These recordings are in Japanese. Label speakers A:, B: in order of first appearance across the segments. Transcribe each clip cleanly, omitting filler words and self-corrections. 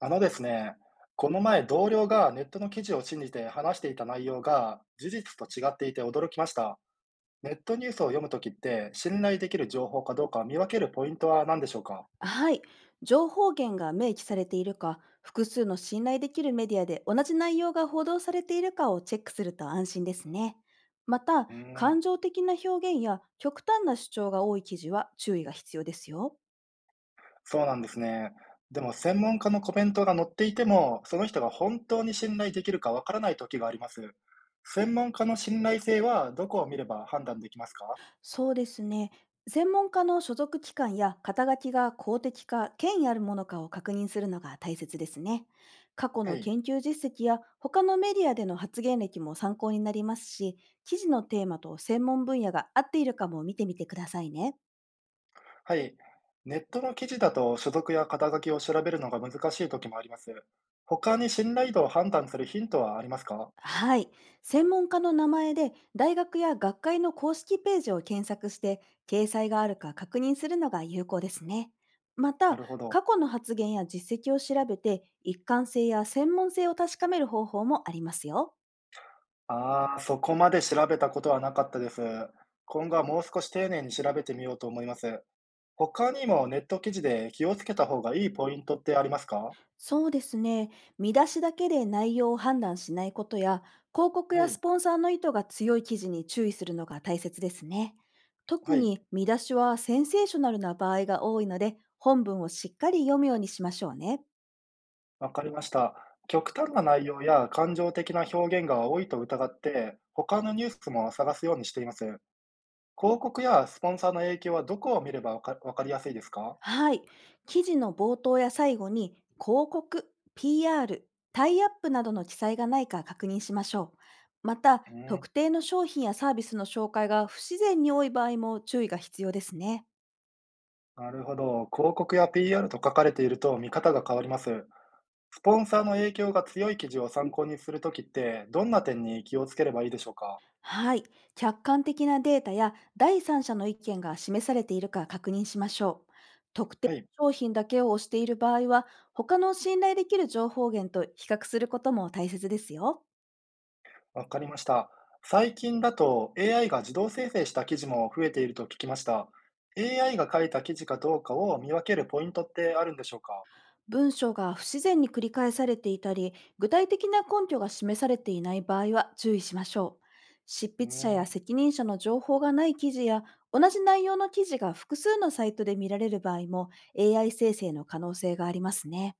A: あのですね、この前同僚がネットの記事を信じて話していた内容が事実と違っていて驚きました。ネットニュースを読むときって信頼できる情報かどうか見分けるポイントは何でしょうか？
B: はい。情報源が明記されているか、複数の信頼できるメディアで同じ内容が報道されているかをチェックすると安心ですね。また、
A: うー
B: 感
A: ん、
B: 情的な表現や極端な主張が多い記事は注意が必要ですよ。
A: そうなんですね。でも専門家のコメントが載っていても、その人が本当に信頼できるかわからないときがあります。専門家の信頼性はどこを見れば判断できますか？
B: そうですね。専門家の所属機関や肩書きが公的か権威あるものかを確認するのが大切ですね。過去
A: は
B: の
A: い。
B: 研究実績や他のメディアでの発言歴も参考になりますし、記事のテーマと専門分野が合っているかも見てみてくださいね。
A: はい。ネットの記事だと所属や肩書きを調べるのが難しい時もあります。他に信頼度を判断するヒントはありますか？
B: はい。専門家の名前で大学や学会の公式ページを検索して掲載があるか確認するのが有効ですね。ま
A: な
B: た、
A: るほど。
B: 過去の発言や実績を調べて一貫性や専門性を確かめる方法もありますよ。
A: ああ、そこまで調べたことはなかったです。今後はもう少し丁寧に調べてみようと思います。他にもネット記事で気をつけた方がいいポイントってありますか？
B: そうですね。見出しだけで内容を判断しないことや、広告
A: は
B: やス
A: い。
B: ポンサーの意図が強い記事に注意するのが大切ですね。
A: は
B: 特
A: い。
B: に見出しはセンセーショナルな場合が多いので、本文をしっかり読むようにしましょうね。
A: わかりました。極端な内容や感情的な表現が多いと疑って、他のニュースも探すようにしています。広告やスポンサーの影響はどこを見ればわかりやすいですか？
B: はい。記事の冒頭や最後に広告、PR、タイアップなどの記載がないか確認しましょう。また、
A: うん、
B: 特定の商品やサービスの紹介が不自然に多い場合も注意が必要ですね。
A: なるほど。広告や PR と書かれていると見方が変わります。スポンサーの影響が強い記事を参考にするときって、どんな点に気をつければいいでしょうか？
B: はい。客観的なデータや第三者の意見が示されているか確認しましょう。特定
A: はい、
B: の商品だけを推している場合は、他の信頼できる情報源と比較することも大切ですよ。
A: わかりました。最近だと AI が自動生成した記事も増えていると聞きました。AI が書いた記事かどうかを見分けるポイントってあるんでしょうか？
B: 文章が不自然に繰り返されていたり、具体的な根拠が示されていない場合は注意しましょう。執
A: う
B: 筆者
A: ん、
B: や責任者の情報がない記事や、同じ内容の記事が複数のサイトで見られる場合も AI 生成の可能性がありますね。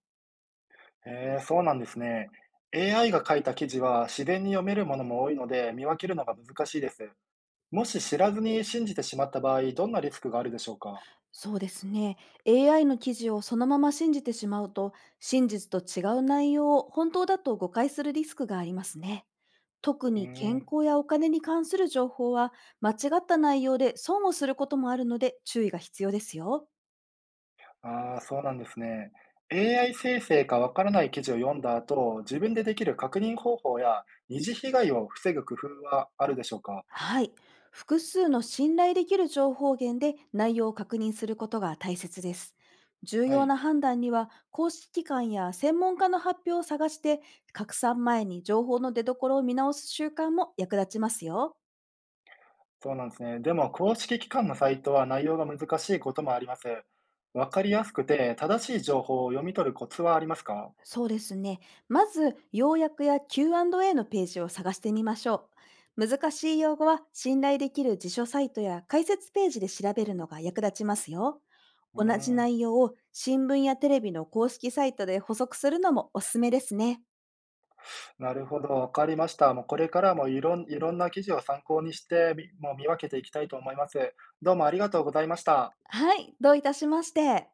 A: へえ、そうなんですね。AI が書いた記事は自然に読めるものも多いので見分けるのが難しいです。もし知らずに信じてしまった場合、どんなリスクがあるでしょうか？
B: そうですね。AI の記事をそのまま信じてしまうと、真実と違う内容を本当だと誤解するリスクがありますね。特
A: うー
B: に健
A: ん、
B: 康やお金に関する情報は、間違った内容で損をすることもあるので注意が必要ですよ。
A: ああ、そうなんですね。AI 生成かわからない記事を読んだ後、自分でできる確認方法や二次被害を防ぐ工夫はあるでしょうか？
B: はい。複数の信頼できる情報源で内容を確認することが大切です。重
A: は
B: 要
A: い、
B: な判断には公式機関や専門家の発表を探して、拡散前に情報の出所を見直す習慣も役立ちますよ。
A: そうなんですね。でも公式機関のサイトは内容が難しいこともあります。わかりやすくて正しい情報を読み取るコツはありますか？
B: そうですね。まず、要約や Q&A のページを探してみましょう。難しい用語は信頼できる辞書サイトや解説ページで調べるのが役立ちますよ。
A: うー
B: 同じ
A: ん、
B: 内容を新聞やテレビの公式サイトで補足するのもおすすめですね。
A: なるほど、わかりました。もうこれからもいろんな記事を参考にして、もう見分けていきたいと思います。どうもありがとうございました。
B: はい、どういたしまして。